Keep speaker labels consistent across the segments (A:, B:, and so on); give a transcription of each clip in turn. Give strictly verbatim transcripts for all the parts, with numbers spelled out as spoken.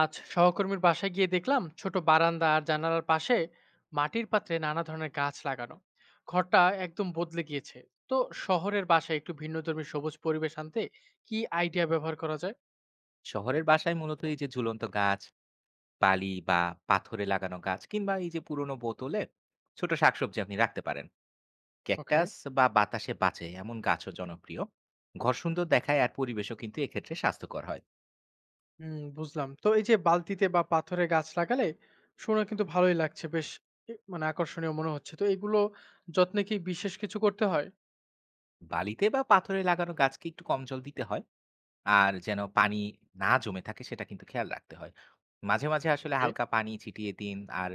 A: আজ সহকর্মীর বাসায় গিয়ে দেখলাম ছোট বারান্দা আর জানালার পাশে মাটির পাত্রে নানা ধরনের গাছ লাগানো। ঘরটা একদম বদলে গিয়েছে। তো শহরের বাসায় একটু ভিন্নধর্মী সবুজ পরিবেশ আনতে কি আইডিয়া ব্যবহার করা যায়?
B: শহরের বাসায় মূলত এই যে ঝুলন্ত গাছ বালি বা পাথরে লাগানো গাছ কিংবা এই যে পুরনো বোতলে ছোট শাকসবজি আপনি রাখতে পারেন।
A: ওকে।
B: ক্যাকটাস বা বাতাসে বাঁচে এমন গাছও জনপ্রিয়। ঘর সুন্দর দেখায় আর পরিবেশও কিন্তু এক্ষেত্রে স্বাস্থ্যকর হয়।
A: হুম, বুঝলাম। তো এই যে বালতিতে বা পাথরে গাছ লাগালে শুনে কিন্তু ভালোই লাগছে বেশ। এ, মানে আকর্ষণীয় মনে হচ্ছে তো এগুলো। যত্নে কি বিশেষ কিছু করতে হয়?
B: বালিতে বা পাথরে লাগানো গাছকে একটু কম জল দিতে হয়, আর যেন পানি না জমে থাকে সেটা কিন্তু খেয়াল রাখতে হয়। মাঝে মাঝে আসলে
A: ওকে।
B: হালকা পানি ছিটিয়ে দিন আর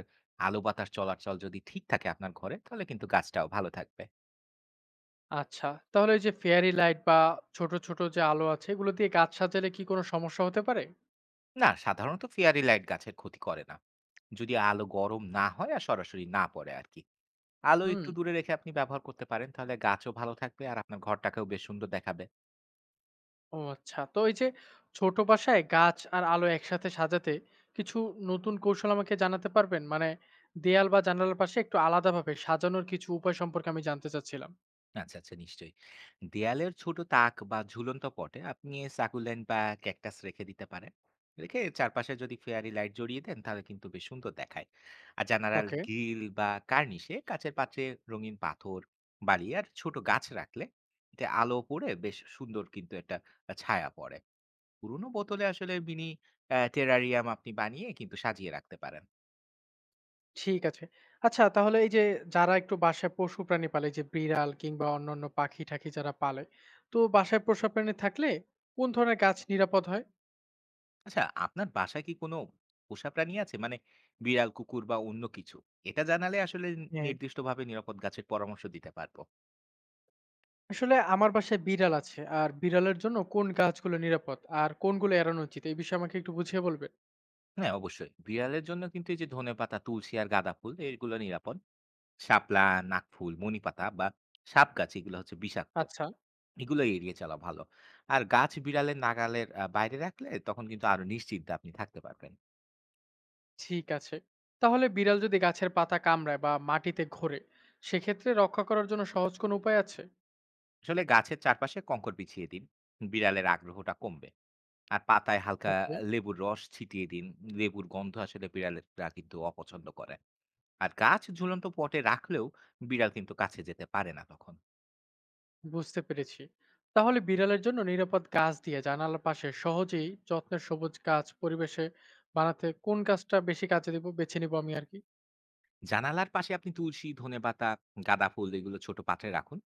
B: আলো বাতাস চলাচল যদি ঠিক থাকে আপনার ঘরে, তাহলে কিন্তু গাছটাও ভালো থাকবে।
A: আচ্ছা, তাহলে এই যে ফেয়ারি লাইট বা ছোট ছোট যে আলো আছে এগুলো দিয়ে গাছ সাজালে কি কোনো সমস্যা হতে পারে?
B: না, সাধারণত ফেয়ারি লাইট গাছের ক্ষতি করে না যদি আলো গরম না হয় আর সরাসরি না পড়ে আর কি। আলো
A: হুম।
B: একটু দূরে রেখে আপনি ব্যবহার করতে পারেন, তাহলে গাছও ভালো থাকবে আর আপনার ঘরটাকেও বেশ সুন্দর দেখাবে।
A: ও আচ্ছা। তো এই যে ছোট বাসায় গাছ আর আলো একসাথে সাজাতে কিছু নতুন কৌশল আমাকে জানাতে পারবেন? মানে দেয়াল বা জানালার পাশে একটু আলাদাভাবে সাজানোর কিছু উপায় সম্পর্কে আমি জানতে চাচ্ছিলাম।
B: আচ্ছা, আচ্ছা নিশ্চয়ই। দেয়ালের ছোট তাক বা ঝুলন্ত পটে আপনি সাকুলেন্ট বা ক্যাকটাস রেখে দিতে পারেন। রেখে চারপাশে যদি ফেয়ারি লাইট জড়িয়ে দেন তাহলে কিন্তু বেশ সুন্দর দেখায়। আর জানালার
A: ওকে।
B: গ্রিল বা কার্নিশে কাঁচের পাত্রে রঙিন পাথর, বালি আর ছোট গাছ রাখলে এতে আলো পড়ে বেশ সুন্দর কিন্তু একটা আ ছায়া পড়ে। পুরনো বোতলে আসলে মিনি অ্যা টেরারিয়াম আপনি বানিয়ে কিন্তু সাজিয়ে রাখতে পারেন।
A: ঠিক আছে। আচ্ছা, তাহলে এই যে যারা একটু বাসায় পশু প্রাণী পালে, যে বিড়াল কিংবা অন্যান্য পাখি টাখি যারা পালে, তো বাসায় পোষা প্রাণী থাকলে কোন ধরনের গাছ নিরাপদ হয়?
B: আচ্ছা, আপনার বাসায় কি কোনো পোষা প্রাণী আছে? মানে বিড়াল, কুকুর বা অন্য কিছু? এটা জানালে আসলে
A: হ্যাঁ।
B: নির্দিষ্টভাবে নিরাপদ গাছের পরামর্শ দিতে পারবো।
A: আসলে আমার বাসায় বিড়াল আছে, আর বিড়ালের জন্য কোন গাছগুলো নিরাপদ আর কোনগুলো এড়ানো উচিত এই বিষয়ে আমাকে একটু বুঝিয়ে বলবেন?
B: হ্যাঁ, অবশ্যই। বিড়ালের জন্য কিন্তু এই যে ধনেপাতা, তুলসী আর গাঁদা ফুল, এগুলো নিরাপদ। শাপলা, নাকফুল, মণিপাতা বা সাপ গাছ এগুলো হচ্ছে বিষাক্ত।
A: আচ্ছা।
B: এগুলো এড়িয়ে চলা ভালো। আর গাছ বিড়ালের নাগালের আ বাইরে রাখলে তখন কিন্তু আরো নিশ্চিন্তে আপনি থাকতে পারবেন।
A: ঠিক আছে। তাহলে বিড়াল যদি গাছের পাতা কামড়ায় বা মাটিতে ঘোরে, সেক্ষেত্রে রক্ষা করার জন্য সহজ কোনো উপায় আছে?
B: আসলে গাছের চারপাশে কংকর বিছিয়ে দিন, বিড়ালের আগ্রহটা কমবে। আর পাতায় হালকা
A: ওকে।
B: লেবুর রস ছিটিয়ে দিন। লেবুর গন্ধ আসলে বিড়ালেরা কিন্তু অপছন্দ করে। আর গাছ ঝুলন্ত পটে রাখলেও বিড়াল কিন্তু কাছে যেতে পারে না তখন।
A: বুঝতে পেরেছি। তাহলে বিড়ালের জন্য নিরাপদ গাছ দিয়ে জানালার পাশে সহজেই যত্নের সবুজ গাছ পরিবেশে বানাতে কোন গাছটা বেশি কাজে দিব, বেছে নিব আমি আর কি।
B: জানালার পাশে আপনি তুলসী, ধনেপাতা, গাঁদা ফুল এগুলো ছোট পাত্রে রাখুন।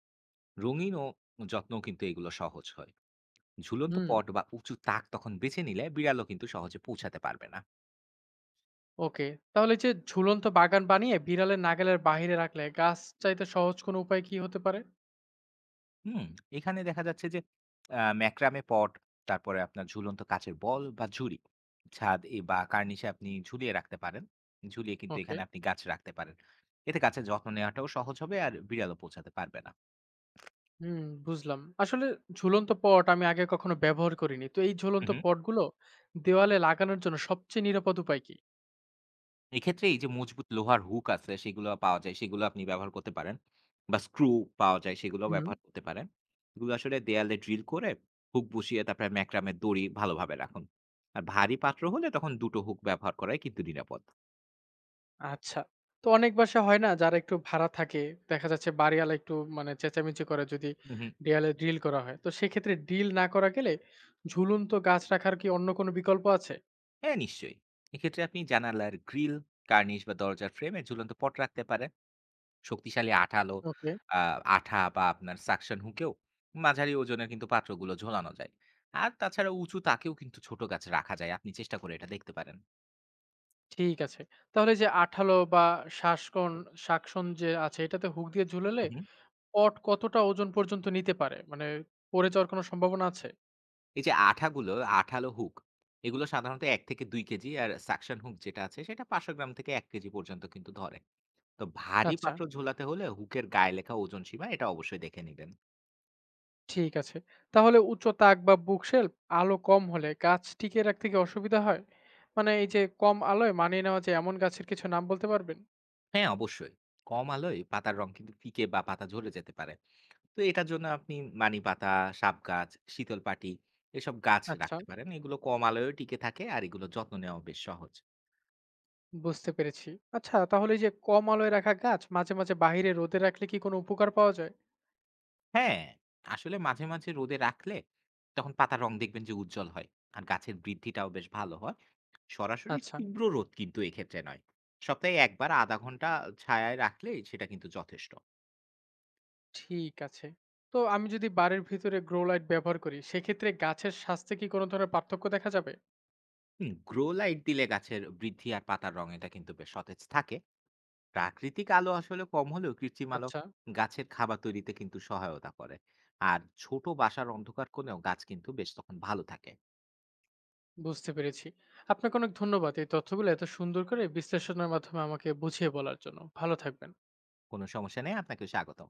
B: রঙিন ও যত্নও কিন্তু এগুলো সহজ হয়। ঝুলন্ত
A: হুম।
B: পট বা উঁচু তাক তখন বেছে নিলে বিড়ালও কিন্তু সহজে পৌঁছাতে পারবে না।
A: ওকে। তাহলে যে ঝুলন্ত বাগান বানিয়ে বিড়ালের নাগালের বাইরে রাখলে গাছ চাইতে সহজ কোনো উপায় কি হতে পারে?
B: হুম, এখানে দেখা যাচ্ছে যে আ ম্যাক্রামে পট, তারপরে আপনার ঝুলন্ত কাচের বল বা ঝুড়ি, ছাদ এ বা কার্নিশে আপনি ঝুলিয়ে রাখতে পারেন। ঝুলিয়ে কিন্তু
A: ওকে।
B: এখানে আপনি গাছ রাখতে পারেন। এতে গাছের যত্ন নেওয়াটাও সহজ হবে আর বিড়ালও পৌঁছাতে পারবে না।
A: হুম, বুঝলাম। আসলে ঝুলন্ত পট আমি আগে কখনো ব্যবহার করিনি। তো এই
B: হু,
A: ঝুলন্ত
B: হু।
A: পটগুলো দেওয়ালে লাগানোর জন্য সবচেয়ে নিরাপদ উপায় কি?
B: এক্ষেত্রে এই যে মজবুত লোহার হুক আছে সেগুলো পাওয়া যায়, সেগুলো আপনি ব্যবহার করতে পারেন। বা স্ক্রু পাওয়া যায়, সেগুলোও
A: হুম।
B: ব্যবহার করতে পারেন। এগুলো আসলে দেয়ালে ড্রিল করে হুক বসিয়ে তারপরে ম্যাক্রামের দড়ি ভালোভাবে রাখুন। আর ভারী পাত্র হলে তখন দুটো হুক ব্যবহার করাই কিন্তু নিরাপদ।
A: আচ্ছা। তো অনেক বাসায় হয় না, যারা একটু ভাড়া থাকে, দেখা যাচ্ছে বাড়িওয়ালা একটু মানে চেঁচামেচি করে যদি
B: হু, হু।
A: দেয়ালে ড্রিল করা হয়। তো সেক্ষেত্রে ড্রিল না করা গেলে ঝুলন্ত গাছ রাখার কি অন্য কোনো বিকল্প আছে?
B: হ্যাঁ, নিশ্চয়ই। এক্ষেত্রে আপনি জানালার গ্রিল, কার্নিশ বা দরজার ফ্রেমে ঝুলন্ত পট রাখতে পারেন। শক্তিশালী আঠালো
A: ওকে।
B: আ আঠা বা আপনার সাকশন হুকেও মাঝারি ওজনের কিন্তু পাত্রগুলো ঝোলানো যায়। আর তাছাড়া উঁচু তাকেও কিন্তু ছোট গাছ রাখা যায়। আপনি চেষ্টা করে এটা দেখতে পারেন।
A: ঠিক আছে। তাহলে যে আঠালো বা শাসকন শাকসন যে আছে এটাতে হুক দিয়ে
B: হু,
A: ঝুলালে
B: হু।
A: পট কতটা ওজন পর্যন্ত নিতে পারে? মানে পড়ে যাওয়ার কোনো সম্ভাবনা আছে?
B: এই যে আঠাগুলো, আঠালো হুক, এগুলো সাধারণত এক থেকে দুই কেজি আর সাকশন হুক যেটা আছে সেটা পাঁচশ গ্রাম থেকে এক কেজি পর্যন্ত কিন্তু ধরে। তো ভারী
A: আচ্ছা,
B: পাত্র ঝোলাতে হলে হুকের গায়ে লেখা ওজন সীমা এটা অবশ্যই দেখে নিবেন।
A: ঠিক আছে। তাহলে উচ্চ তাক বা বুক শেল্ফ আলো কম হলে গাছ টিকিয়ে রাখতে কি অসুবিধা হয়? মানে এই যে কম আলোয় মানিয়ে নেওয়া যায় এমন গাছের কিছু নাম বলতে পারবেন?
B: হ্যাঁ, অবশ্যই। কম আলোয় পাতার রং কিন্তু ফিকে বা পাতা ঝরে যেতে পারে। তো এটার জন্য আপনি মানি পাতা, সাব গাছ, শীতল পাটি এসব গাছ
A: আচ্ছা,
B: রাখতে পারেন। এগুলো কম আলোয়ও টিকে থাকে আর এগুলো যত্ন নেওয়াও বেশ সহজ।
A: বুঝতে পেরেছি। আচ্ছা, তাহলে এই যে কম আলোয় রাখা গাছ মাঝে, মাঝে বাহিরে রোদে রাখলে কি কোনো উপকার পাওয়া যায়?
B: হ্যাঁ, আসলে মাঝে, মাঝে রোদে রাখলে তখন পাতার রং দেখবেন যে উজ্জ্বল হয়। আর গাছের বৃদ্ধিটাও বেশ ভালো হয়। সরাসরি
A: আচ্ছা,
B: তীব্র রোদ কিন্তু এক্ষেত্রে নয়। সপ্তাহে এক বার আধা ঘন্টা ছায়ায় রাখলেই সেটা কিন্তু যথেষ্ট।
A: ঠিক আছে। তো আমি যদি বাড়ির ভিতরে গ্রো লাইট ব্যবহার করি, সেক্ষেত্রে গাছের স্বাস্থ্যে কি কোনো ধরনের পার্থক্য দেখা যাবে?
B: হুম, গ্রো লাইট দিলে গাছের বৃদ্ধি আর পাতার রং এটা কিন্তু বেশ সতেজ থাকে। প্রাকৃতিক আলো আসলে কম হলেও কৃত্রিম আলো
A: আচ্ছা।
B: গাছের খাবার তৈরিতে কিন্তু সহায়তা করে আর ছোট বাসার অন্ধকার কোণেও গাছ কিন্তু বেশ তখন ভালো থাকে।
A: বুঝতে পেরেছি। আপনাকে অনেক ধন্যবাদ। এই তথ্যগুলো এত সুন্দর করে বিশ্লেষণের মাধ্যমে আমাকে বুঝিয়ে বলার জন্য। ভালো থাকবেন।
B: কোনো সমস্যা নেই, আপনাকে স্বাগত।